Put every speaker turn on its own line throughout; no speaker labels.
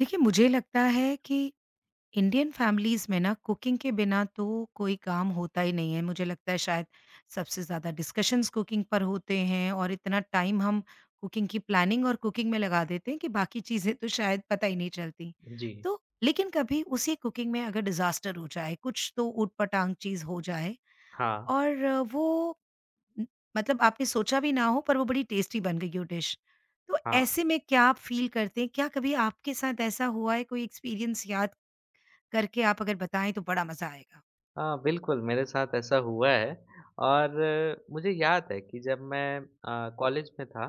देखिए, मुझे लगता है कि इंडियन फैमिलीज़ में ना कुकिंग के बिना तो कोई काम होता ही नहीं है। मुझे लगता है शायद सबसे ज़्यादा डिस्कशंस कुकिंग पर होते हैं और इतना टाइम हम कुकिंग की प्लानिंग और कुकिंग में लगा देते हैं कि बाकी चीज़ें तो शायद पता ही नहीं चलती।
जी,
तो लेकिन कभी उसी कुकिंग में अगर डिज़ास्टर हो जाए, कुछ तो ऊट-पटांग चीज़ हो जाए
हाँ,
और वो न- मतलब आपने सोचा भी ना हो पर वो बड़ी टेस्टी बन गई हो डिश, तो
हाँ।
ऐसे में क्या आप फील करते हैं? क्या कभी आपके साथ ऐसा हुआ है? कोई एक्सपीरियंस याद करके आप अगर बताएं तो बड़ा मजा आएगा।
हाँ, बिल्कुल मेरे साथ ऐसा हुआ है। और मुझे याद है कि जब मैं कॉलेज में था,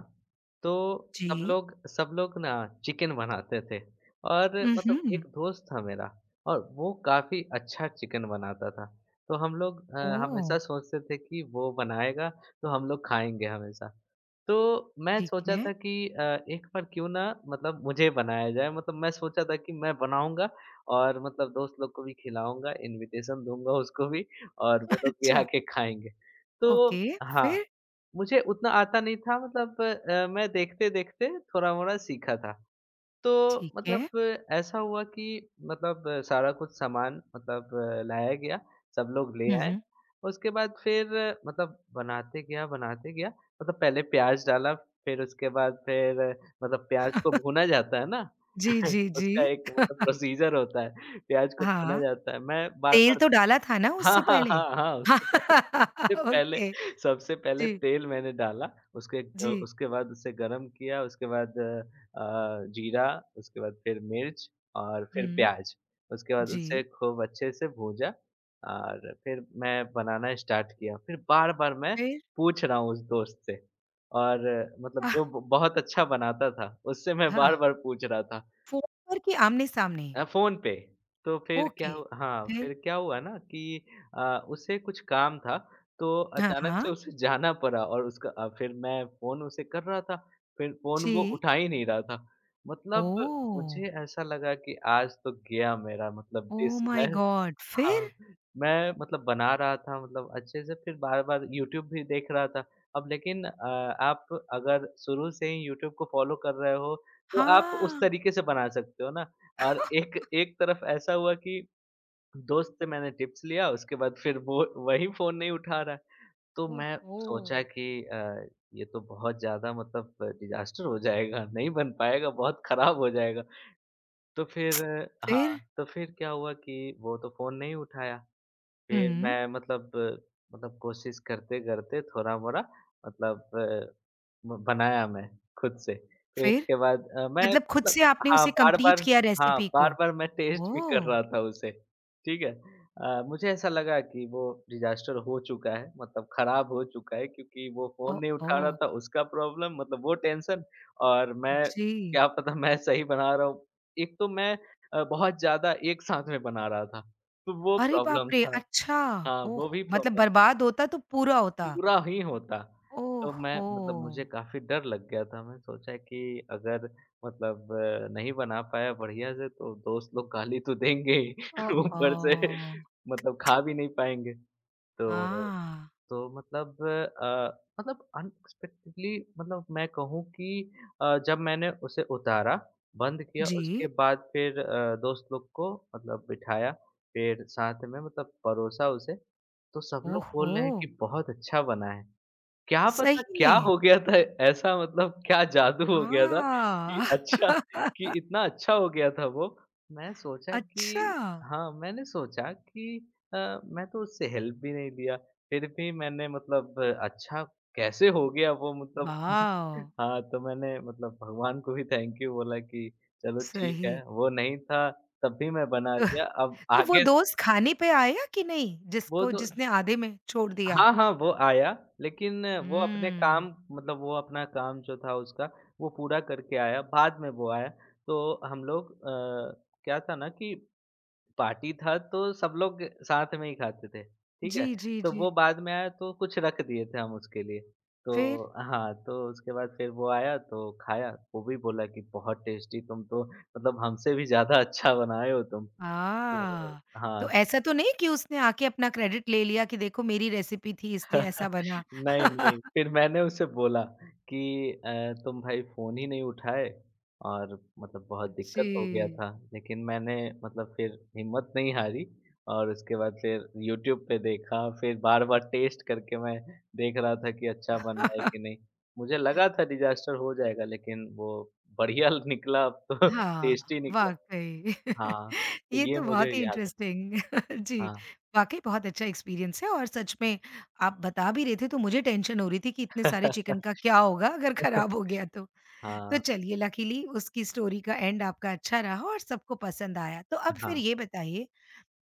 तो
जी।
सब लोग ना चिकन बनाते थे। और मतलब एक
हम्म।
दोस्त था मेरा, और वो काफ़ी अच्छा चिकन बनाता था। तो हम लोग हमेशा
ओ।
सोचते थे कि वो बनाएगा, तो हम लोग खाएँगे हमेशा। तो मैं
ठीक
सोचा
है।
था कि एक बार क्यों ना, मतलब मुझे बनाया जाए, मतलब मैं सोचा था कि मैं बनाऊँगा और मतलब दोस्त लोग को भी खिलाऊँगा, इन्विटेशन दूँगा उसको भी, और वो लोग भी
अच्छा।
आके खाएँगे। तो
ओके।
हाँ,
फिर?
मुझे उतना आता नहीं था, मतलब मैं देखते-देखते थोड़ा-मोड़ा सीखा था। तो
ठीक है।
मतलब ऐसा हुआ कि मतलब सारा कुछ सामान, मतलब लाया गया, सब लोग ले आए।
हम्म।
उसके बाद फिर मतलब बनाते गया, बनाते गया, मतलब पहले प्याज़ डाला, फिर उसके बाद फिर मतलब प्याज़ को भुना जाता है ना?
जी जी जी।
उसका एक मतलब प्रोसीज़र होता है, प्याज़ को भुना
हाँ,
जाता है। मैं
तेल
बार-बार,
तो डाला था ना
हाँ,
उससे
हाँ,
पहले।
हाँ, हाँ, उसके बाद सबसे पहले
ओके।
सबसे पहले
जी।
तेल मैंने डाला,
जी।
उसके बाद उसे गरम किया, उसके बाद जीरा, उसके बाद फिर मिर्च और फिर
हम्म।
प्याज। उसके बाद उसे
जी।
खूब अच्छे से भूजा और फिर मैं बनाना स्टार्ट किया। फिर बार-बार मैं
फिर?
पूछ रहा हूँ उस दोस्त से, और मतलब
आह,
जो ब बहुत अच्छा बनाता था, उससे मैं
हाँ,
बार-बार पूछ रहा था,
फोन पर कि आमने सामने?
फ़ोन पे। तो फिर क्या
ओके,
हु हाँ,
फिर?
फिर क्या हुआ ना कि अ, उसे कुछ काम था, तो
हाँ,
अचानक से
हाँ।
उसे जाना पड़ा। और फिर मैं फ़ोन उसे कर रहा था, फिर फ़ोन वो
जी।
उठा ही नहीं रहा था। मतलब
ओह!
मुझे ऐसा लगा कि आज तो गया मेरा, मतलब
ओह
जिस मैं
माय गॉड!
हाँ,
फिर?
मैं मतलब बना रहा था, मतलब अच्छे से। फिर बार-बार यूट्यूब भी देख रहा था। अब लेकिन आप अगर शुरू से ही यूट्यूब को फ़ॉलो कर रहे हो, तो आप उस
हाँ।
तरीके से बना सकते हो ना। और एक एक तरफ ऐसा हुआ कि दोस्त से मैंने टिप्स लिया, उसके बाद फिर वो वही फ़ोन नहीं उठा रहा है। तो मैं
ओहो!
सोचा कि अ, ये तो बहुत ज़्यादा, मतलब डिज़ास्टर हो जाएगा, नहीं बन पाएगा, बहुत खराब हो जाएगा। तो फिर
फिर?
हाँ, तो फिर क्या हुआ कि वो तो फ़ोन नहीं उठाया। फिर
हुँ,
मैं मतलब, मतलब कोशिश करते-करते, थोड़ा-मोड़ा मतलब अ, म बनाया मैं खुद से। फिर
फिर?
उसके बाद मैं
मतलब खुद
मतलब
से आपने
हाँ,
उसे कंप्लीट
बार-बार,
किया
हाँ,
रेसिपी को?
बार-बार मैं टेस्ट भी कर
ओह!
रहा था उसे, ठीक है? मुझे ऐसा लगा कि वो डिज़ास्टर हो चुका है, मतलब खराब हो चुका है क्योंकि वो फ़ोन
ओह,
नहीं उठा रहा
ओह!
था, उसका प्रॉब्लम, मतलब वो टेंशन। और मैं
जी।
क्या पता मैं सही बना रहा हूँ। एक तो मैं बहुत ज़्यादा एक साथ में बना रहा था, तो वो
अरे
प्रॉब्लम
बाप रे!
था।
अच्छा,
हाँ,
ओह!
वो भी
मतलब
प्रॉब्लम।
बर्बाद होता तो पूरा होता।
पूरा ही होता। तो मैं
ओहो!
मतलब मुझे काफ़ी डर लग गया था। मैं सोचा कि अगर मतलब नहीं बना पाया बढ़िया से, तो दोस्त लोग गाली तो देंगे
अ,
ही,
अ,
ऊपर से मतलब खा भी नहीं पाएँगे। तो
हाँ।
तो मतलब मतलब अनएक्सपेक्टेडली, मतलब मैं कहूँ कि जब मैंने उसे उतारा, बंद किया, उसके
जी।
बाद फिर दोस्त लोग को मतलब बिठाया, फिर साथ में मतलब परोसा उसे, तो सब लोग बोल
ओहो!
रहे हैं कि बहुत अच्छा बना है। क्या पता
सही
क्या
में?
हो गया था, ऐसा मतलब क्या जादू हो गया था कि
वाह!
अच्छा, कि इतना अच्छा हो गया था वो। मैं सोचा कि
अच्छा!
हाँ, मैंने सोचा कि मैं तो उससे हेल्प भी नहीं लिया। फिर भी मैंने मतलब अच्छा कैसे हो गया वो मतलब।
वाव!
हाँ, तो मैंने मतलब भगवान को भी थैंक यू बोला कि चलो ठीक है,
सही।
वो नहीं था तब भी मैं बना
तो
लिया। अब
तो वो
आगे स
दोस्त खाने पे आया कि नहीं,
वो
जिसको
तो
जिसने आधे में छोड़ दिया?
हाँ, हाँ, वो आया लेकिन वो अपने काम,
हुँ।
मतलब वो अपना काम जो था उसका, वो पूरा करके आया, बाद में वो आया। तो हम लोग क्या था ना कि पार्टी था, तो सब लोग साथ में ही खाते थे, ठीक
जी,
है?
जी,
तो
जी।
वो बाद में आया, तो कुछ रख दिए थे हम उसके लिए। तो
फिर?
हाँ, तो उसके बाद फिर वो आया तो खाया, वो भी बोला कि बहुत टेस्टी, तुम तो मतलब हमसे भी ज़्यादा अच्छा बनाए हो तुम। तो
आ!
हाँ,
तो ऐसा तो नहीं कि उसने आके अपना क्रेडिट ले लिया कि देखो मेरी रेसिपी थी इसलिए ऐसा बना?
नहीं, नहीं, फिर मैंने उसे बोला कि तुम भाई फ़ोन ही नहीं उठाए, और मतलब बहुत
जी।
दिक्कत हो गया था। लेकिन मैंने मतलब फिर हिम्मत नहीं हारी, और उसके बाद फिर यूट्यूब पे देखा, फिर बार-बार टेस्ट करके मैं देख रहा था कि अच्छा बन रहा है कि नहीं। मुझे लगा था डिज़ास्टर हो जाएगा, लेकिन वो बढ़िया निकला, अब तो
हाँ,
टेस्टी निकला।
वाक़ई।
हाँ, तो
ये
ये
तो
मुझे
बहुत ही
याद है।
इंटरेस्टिंग। जी,
हाँ।
वाक़ई बहुत अच्छा एक्सपीरियंस है। और सच में आप बता भी रहे थे तो मुझे टेंशन हो रही थी कि इतने सारे चिकन का क्या होगा अगर खराब हो गया तो। तो
हाँ,
चलिए, लकीली उसकी स्टोरी का एंड आपका अच्छा रहा और सबको पसंद आया। तो अब फिर
हाँ,
ये बताइए,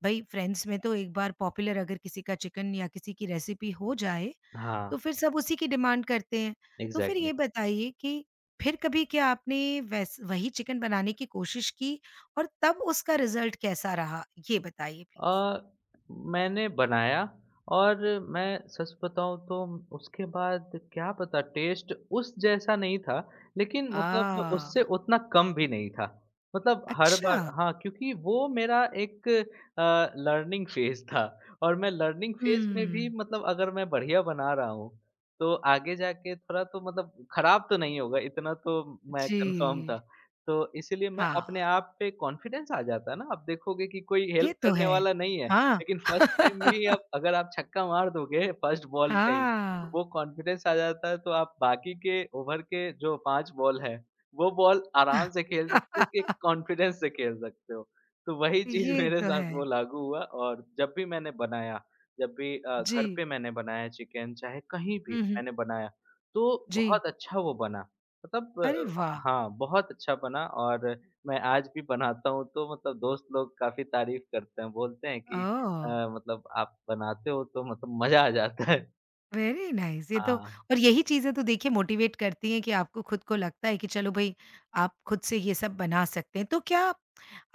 भई फ्रेंड्स में तो एक बार पॉपुलर अगर किसी का चिकन या किसी की रेसिपी हो जाए
हाँ,
तो फिर सब उसी की डिमांड करते हैं। तो फिर
एग्ज़ैक्टली।
ये बताइए कि फिर कभी क्या आपने वैस वही चिकन बनाने की कोशिश की और तब उसका रिज़ल्ट कैसा रहा? ये बताइए
अ,
प्लीज़?
मैंने बनाया, और मैं सच बताऊँ तो उसके बाद क्या पता, टेस्ट उस जैसा नहीं था, लेकिन मतलब उससे
आह!
उतना कम भी नहीं था। मतलब हर
अच्छा।
बार हाँ, क्योंकि वो मेरा एक लर्निंग फ़ेज़ था, और मैं लर्निंग फ़ेज़ में भी,
हुँ।
मतलब अगर मैं बढ़िया बना रहा हूँ, तो आगे जाके थोड़ा तो मतलब खराब तो नहीं होगा, इतना तो मैं
जी।
कन्फर्म था। तो इसीलिए मैं
हाँ,
अपने आप पे कॉन्फिडेंस आ जाता है ना, आप देखोगे कि कोई
ये
हेल्प
तो
करने
है।
वाला नहीं है,
हाँ।
लेकिन फर्स्ट टाइम में ही आप, अगर आप छक्का मार दोगे फर्स्ट बॉल पे ही, तो
हाँ।
वो कॉन्फिडेंस आ जाता है, तो आप बाकी के ओवर के जो 5 बॉल है, वो बॉल आराम से खेल सकते हो, कि कॉन्फिडेंस से खेल सकते हो। तो वही चीज़
ये
मेरे
तो है।
साथ वो लागू हुआ, और जब भी मैंने बनाया, जब भी
जी।
घर पे मैंने बनाया चिकन, चाहे कहीं भी
हुँ, हुँ।
मैंने बनाया, तो
जी।
बहुत अच्छा वो बना।
अरे
मतलब
वाह!
हाँ, बहुत अच्छा बना। और मैं आज भी बनाता हूँ तो मतलब दोस्त लोग काफ़ी तारीफ़ करते हैं, बोलते हैं कि
ओह!
अ, मतलब आप बनाते हो तो मतलब मज़ा आ जाता है।
वेरी नाइस, ये तो,
हाँ,
और यही चीज़ें तो देखिए मोटिवेट करती हैं कि आपको खुद को लगता है कि चलो भाई आप खुद से ये सब बना सकते हैं। तो क्या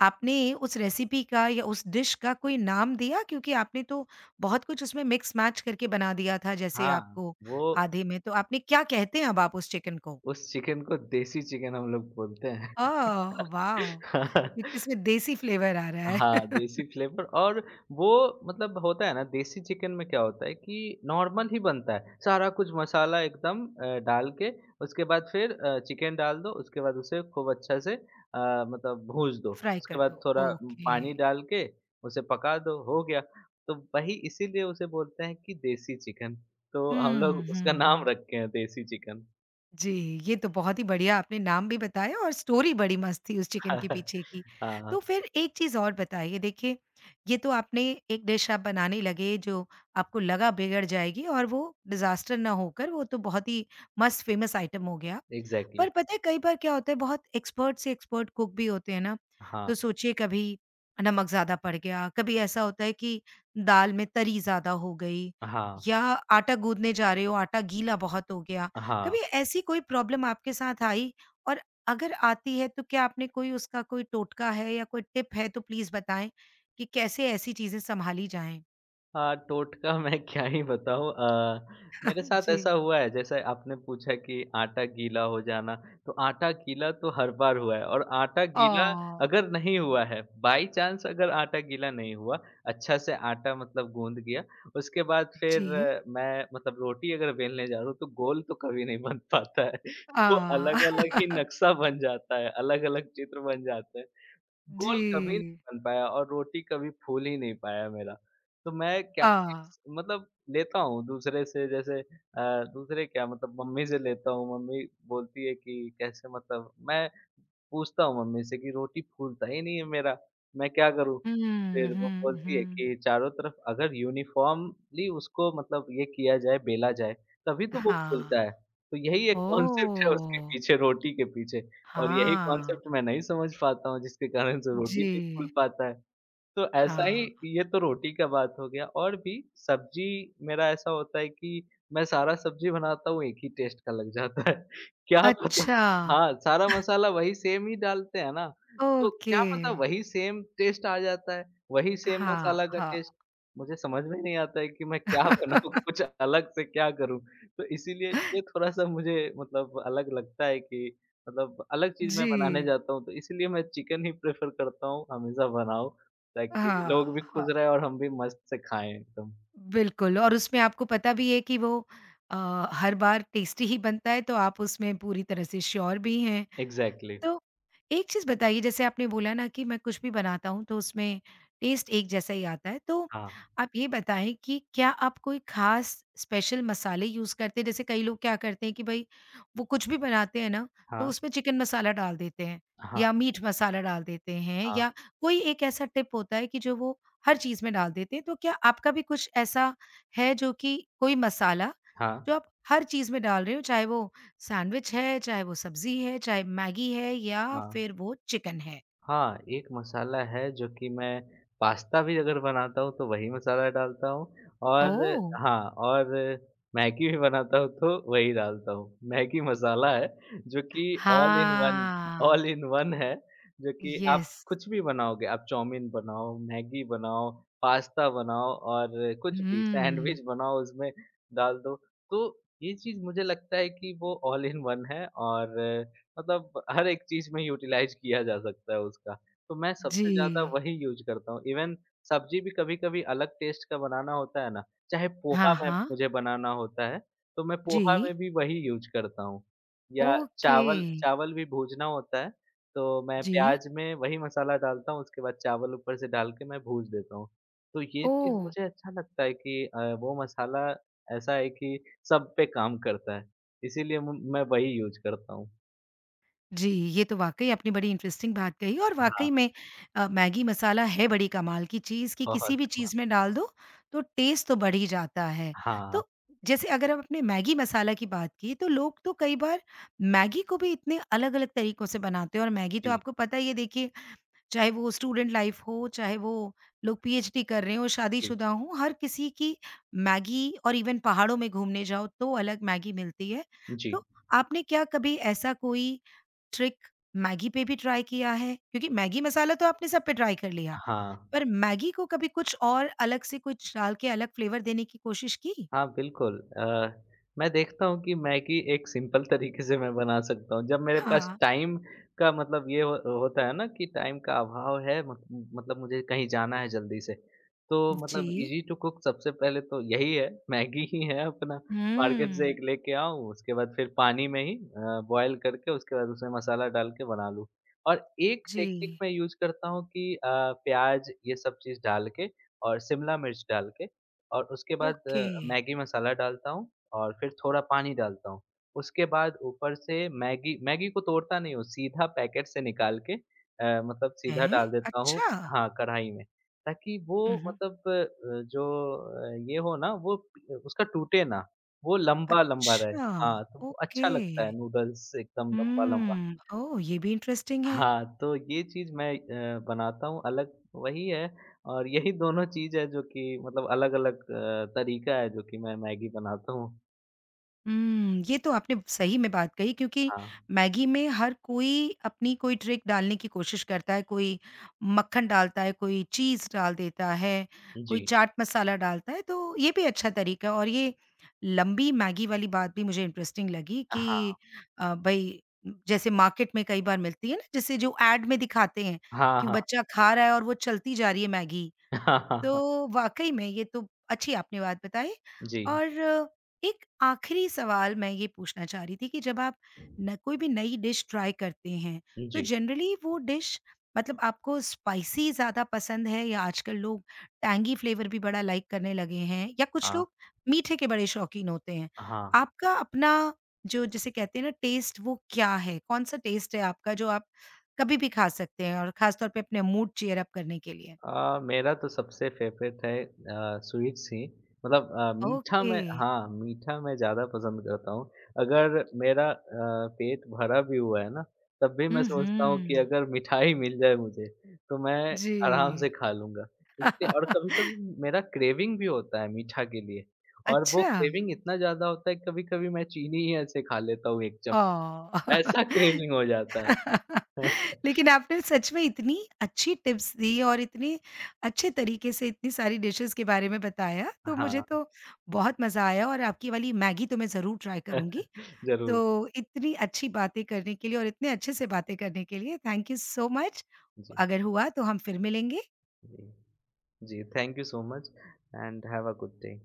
आपने उस रेसिपी का या उस डिश का कोई नाम दिया? क्योंकि आपने तो बहुत कुछ उसमें मिक्स मैच करके बना दिया था जैसे
हाँ,
आपको
वो
आधे में, तो आपने क्या कहते हैं अब आप उस चिकन को?
उस चिकन को देसी चिकन हम लोग बोलते हैं।
Oh wow!
हाँ।
क्योंकि इसमें देसी फ्लेवर आ रहा है।
हाँ, देसी फ्लेवर, और वो मतलब होता है ना देसी चिकन में क्या होता है कि नॉर्मल ही बनता है। सारा कुछ मसाला एकदम डाल के उसके बाद फिर चिकन डाल दो, उसके बाद उसे खूब अच्छा से मतलब भूँज दो।
फ्राई
उसके
कर दो,
बाद थोड़ा
ओके।
पानी डाल के उसे पका दो, हो गया। तो वही इसीलिए उसे बोलते हैं कि देसी चिकन। तो हम
हुँ,
लोग उसका
हुँ,
नाम
हुँ।
रखे हैं देसी चिकन।
जी, ये तो बहुत ही बढ़िया आपने नाम भी बताया और स्टोरी बड़ी मस्त थी उस चिकन के पीछे की।
हाँ,
तो फिर एक चीज़ और बताइए देखिए, ये तो आपने एक डिश आप बनाने लगे जो आपको लगा बिगड़ जाएगी और वो डिज़ास्टर ना होकर वो तो बहुत ही मस्त फ़ेमस आइटम हो गया।
एग्ज़ैक्टली।
पर पता है कई बार क्या होता है, बहुत एक्सपर्ट से एक्सपर्ट कुक भी होते हैं ना,
हाँ,
तो सोचिए कभी नमक ज़्यादा पड़ गया, कभी ऐसा होता है कि दाल में तरी ज़्यादा हो गई
हाँ,
या आटा गूँदने जा रहे हो, आटा गीला बहुत हो गया।
हाँ।
कभी ऐसी कोई प्रॉब्लम आपके साथ आई और अगर आती है तो क्या आपने कोई, उसका कोई टोटका है या कोई टिप है तो प्लीज़ बताएँ कि कैसे ऐसी चीज़ें सँभाली जाएँ?
हाँ, टोटका मैं क्या ही बताऊँ। मेरे साथ ऐसा
जी।
हुआ है जैसे आपने पूछा कि आटा गीला हो जाना, तो आटा गीला तो हर बार हुआ है, और आटा गीला
ओह!
अगर नहीं हुआ है, बाई चांस अगर आटा गीला नहीं हुआ, अच्छा से आटा मतलब गूँध गया, उसके बाद फिर
जी।
मैं मतलब रोटी अगर बेलने जा रहा हूँ, तो गोल तो कभी नहीं बन पाता है। वो अलग-अलग
आह!
ही नक्शा बन जाता है, अलग-अलग चित्र बन जाते हैं।
जी।
गोल कभी नहीं बन पाया, और रोटी कभी फूल ही नहीं पाया मेरा। तो मैं क्या
आह!
टिप्स मतलब लेता हूँ दूसरे से, जैसे दूसरे क्या, मतलब मम्मी से लेता हूँ। मम्मी बोलती है कि कैसे, मतलब मैं पूछता हूँ मम्मी से कि रोटी फूलता ही नहीं है मेरा, मैं क्या करूँ?
हुँ,
फिर वो
हुँ,
बोलती है
हुँ।
कि चारों तरफ अगर यूनिफ़ॉर्मली उसको मतलब ये किया जाए, बेला जाए, तभी तो वो
हाँ।
फूलता है। तो यही एक कॉन्सेप्ट है उसके
ओह!
पीछे, रोटी के पीछे, और यही
हाँ।
कॉन्सेप्ट मैं नहीं समझ पाता हूँ, जिसके कारण से रोटी
जी।
नहीं फूल पाता है। तो ऐसा ही,
हाँ।
ये तो रोटी का बात हो गया, और भी सब्ज़ी मेरा ऐसा होता है कि मैं सारा सब्ज़ी बनाता हूँ, एक ही टेस्ट का लग जाता है। क्या पता,
अच्छा।
हाँ, सारा मसाला वही सेम ही डालते हैं ना, तो
ओके।
क्या पता वही सेम टेस्ट आ जाता है, वही सेम
हाँ,
मसाला का
हाँ।
टेस्ट। मुझे समझ में नहीं आता है कि मैं क्या बनाऊँ, कुछ अलग से क्या करूँ? तो इसीलिए ये थोड़ा-सा मुझे मतलब अलग लगता है कि मतलब अलग चीज़ मैं
जी।
बनाने जाता हूँ, तो इसीलिए मैं चिकन ही प्रेफ़र करता हूँ, हमेशा बनाओ। ताकि लोग भी
हाँ,
खुश
हाँ।
रहे और हम भी मस्त से खाएँ एकदम।
बिल्कुल, और उसमें आपको पता भी है कि वो हर बार टेस्टी ही बनता है तो आप उसमें पूरी तरह से श्योर भी हैं।
एग्ज़ैक्टली।
तो एक चीज़ बताइए, जैसे आपने बोला ना कि मैं कुछ भी बनाता हूँ तो उसमें टेस्ट एक जैसा ही आता है। तो
हाँ,
आप ये बताएँ कि क्या आप कोई ख़ास स्पेशल मसाले यूज़ करते हैं? जैसे कई लोग क्या करते हैं कि भई वो कुछ भी बनाते हैं ना तो
हाँ,
उसमें चिकन मसाला डाल देते हैं
हाँ,
या मीट मसाला डाल देते हैं,
हाँ,
या कोई एक ऐसा टिप होता है कि जो वो हर चीज़ में डाल देते हैं। तो क्या आपका भी कुछ ऐसा है जो कि कोई मसाला
हाँ,
जो आप हर चीज़ में डाल रहे हो, चाहे वो सैंडविच है, चाहे वो सब्ज़ी है, चाहे मैगी है या
हाँ।
फिर वो चिकन है।
हाँ, एक मसाला है जो कि मैं पास्ता भी अगर बनाता हूँ तो वही मसाला डालता हूँ, और
ओह!
हाँ, और मैगी भी बनाता हूँ तो वही डालता हूँ। मैगी मसाला है जो कि ऑल इन वन, ऑल
हाँ,
इन वन है, जो कि आप
यस।
कुछ भी बनाओगे, आप चाउमीन बनाओ, मैगी बनाओ, पास्ता बनाओ, और कुछ भी
हुँ,
सैंडविच बनाओ, उसमें डाल दो। तो ये चीज़ मुझे लगता है कि वो ऑल इन वन है, और मतलब हर एक चीज़ में यूटिलाइज़ किया जा सकता है उसका। तो मैं
जी।
सबसे ज़्यादा वही यूज़ करता हूँ। इवन सब्ज़ी भी कभी-कभी अलग टेस्ट का बनाना होता है ना, चाहे
हाँ,
पोहा मैं
हाँ।
मुझे बनाना होता है, तो मैं पोहा
जी।
में भी वही यूज़ करता हूँ। या
ओके।
चावल चावल भी भूजना होता है, तो मैं
जी।
प्याज़ में वही मसाला डालता हूँ, उसके बाद चावल ऊपर से डाल के मैं भूज देता हूँ। तो ये चीज़
ओह!
मुझे अच्छा लगता है कि वो मसाला ऐसा है कि सब पे काम करता है। इसीलिए म मैं वही यूज़ करता हूँ।
जी, ये तो वाक़ई आपने बड़ी इंटरेस्टिंग बात कही और
हाँ।
वाक़ई में मैगी मसाला है बड़ी कमाल की चीज़ कि
बहुत
किसी भी
हुआ।
चीज़ में डाल दो, तो टेस्ट तो बढ़ ही जाता है।
हाँ,
तो जैसे अगर हम अपने मैगी मसाला की बात की, तो लोग तो कई बार मैगी को भी इतने अलग-अलग तरीकों से बनाते हैं और मैगी तो
जी,
आपको पता ही है देखिए, चाहे वो स्टूडेंट लाइफ़ हो, चाहे वो लोग पीएचडी कर रहे हों,
जी,
शादीशुदा हों, हर किसी की मैगी। और इवन पहाड़ों में घूमने जाओ, तो अलग मैगी मिलती है।
जी।
तो आपने क्या कभी ऐसा कोई ट्रिक मैगी पे भी ट्राई किया है? क्योंकि मैगी मसाला तो आपने सब पे ट्राई कर लिया,
हाँ,
पर मैगी को कभी कुछ और अलग से कुछ डाल के अलग फ्लेवर देने की कोशिश की?
हाँ, बिल्कुल। मैं देखता हूँ कि मैगी एक सिंपल तरीके से मैं बना सकता हूँ। जब मेरे पास
हाँ।
टाइम का मतलब ये हो होता है ना कि टाइम का अभाव है, मत मतलब मुझे कहीं जाना है जल्दी से। तो मतलब
जी।
ईज़ी टू कुक सबसे पहले तो यही है, मैगी ही है अपना। मार्केट से एक
हुँ।
लेके आओ, उसके बाद फिर पानी में ही बॉयल करके उसके बाद उसमें मसाला डाल के बना लूँ। और एक टेक्निक
जी।
मैं यूज़ करता हूँ कि प्याज़ ये सब चीज़ डाल के और शिमला मिर्च डाल के, और उसके बाद
ओके।
मैगी मसाला डालता हूँ, और फिर थोड़ा पानी डालता हूँ। उसके बाद ऊपर से मैगी, मैगी को तोड़ता नहीं हूँ, सीधा पैकेट से निकाल के मतलब सीधा
हैं?
डाल देता हूँ,
अच्छा।
हाँ, कढ़ाई में। ताकि वो
हुँ, हुँ।
मतलब जो ये हो ना, वो प उसका टूटे ना, वो लंबा-लंबा रहे।
अच्छा,
हाँ, तो वो
ओके।
अच्छा लगता है, नूडल्स एकदम लंबा-लंबा।
हुँ। ओह! ये भी इंटरेस्टिंग है।
हाँ, तो ये चीज़ मैं बनाता हूँ अलग, वही है। और यही दोनों चीज़ है जो कि मतलब अलग-अलग तरीका है जो कि मैं मैगी बनाता हूँ।
हुँ, ये तो आपने सही में बात कही क्योंकि
हाँ,
मैगी में हर कोई अपनी कोई ट्रिक डालने की कोशिश करता है, कोई मक्खन डालता है, कोई चीज़ डाल देता है,
जी।
कोई चाट मसाला डालता है, तो ये भी अच्छा तरीका है। और ये लंबी मैगी वाली बात भी मुझे इंटरेस्टिंग लगी कि
हाँ,
भई जैसे मार्केट में कई बार मिलती है ना, जैसे जो एड में दिखाते हैं
हाँ,
कि
हाँ।
बच्चा खा रहा है और वो चलती जा रही है मैगी।
हाँ, हाँ, हाँ।
तो वाक़ई में ये तो अच्छी आपने बात बताई,
जी,
और एक आख़िरी सवाल मैं ये पूछना चाह रही थी कि जब आप न कोई भी नई डिश ट्राई करते हैं, तो
जी।
जनरली वो डिश मतलब आपको स्पाइसी ज़्यादा पसंद है या आजकल लोग टैंगी फ्लेवर भी बड़ा लाइक करने लगे हैं या कुछ
हाँ,
लोग मीठे के बड़े शौकीन होते हैं।
हाँ।
आपका अपना जो जिसे कहते हैं ना टेस्ट, वो क्या है? कौन-सा टेस्ट है आपका जो आप कभी भी खा सकते हैं और ख़ास तौर पे अपने मूड चीयर अप करने के लिए?
मेरा तो सबसे फेवरेट है स्वीट्स ही, मतलब मीठा
ओके।
मैं, हाँ, मीठा मैं ज़्यादा पसंद करता हूँ। अगर मेरा पेट भरा भी हुआ है ना, तब भी मैं
हुँ,
सोचता हूँ कि
हुँ।
अगर मिठाई मिल जाए मुझे, तो मैं आराम से
जी।
खा लूँगा। इसलिए, और कभी-कभी मेरा क्रेविंग भी होता है मीठा के लिए, और वो
अच्छा।
क्रेविंग इतना ज़्यादा होता है, कभी-कभी मैं चीनी ही ऐसे खा लेता हूँ 1 चम्मच,
ओह!
ऐसा क्रेविंग हो जाता है।
लेकिन आपने सच में इतनी अच्छी टिप्स दी और इतने अच्छे तरीके से इतनी सारी डिशेज़ के बारे में बताया, तो मुझे
हाँ,
तो बहुत मज़ा आया और आपकी वाली मैगी तो मैं ज़रूर ट्राई करूँगी। तो
ज़रूर।
इतनी अच्छी बातें करने के लिए और इतने अच्छे से बातें करने के लिए थैंक यू सो मच।
जी,
अगर हुआ तो हम फिर मिलेंगे।
जी। Ji, thank you so much and have a good day.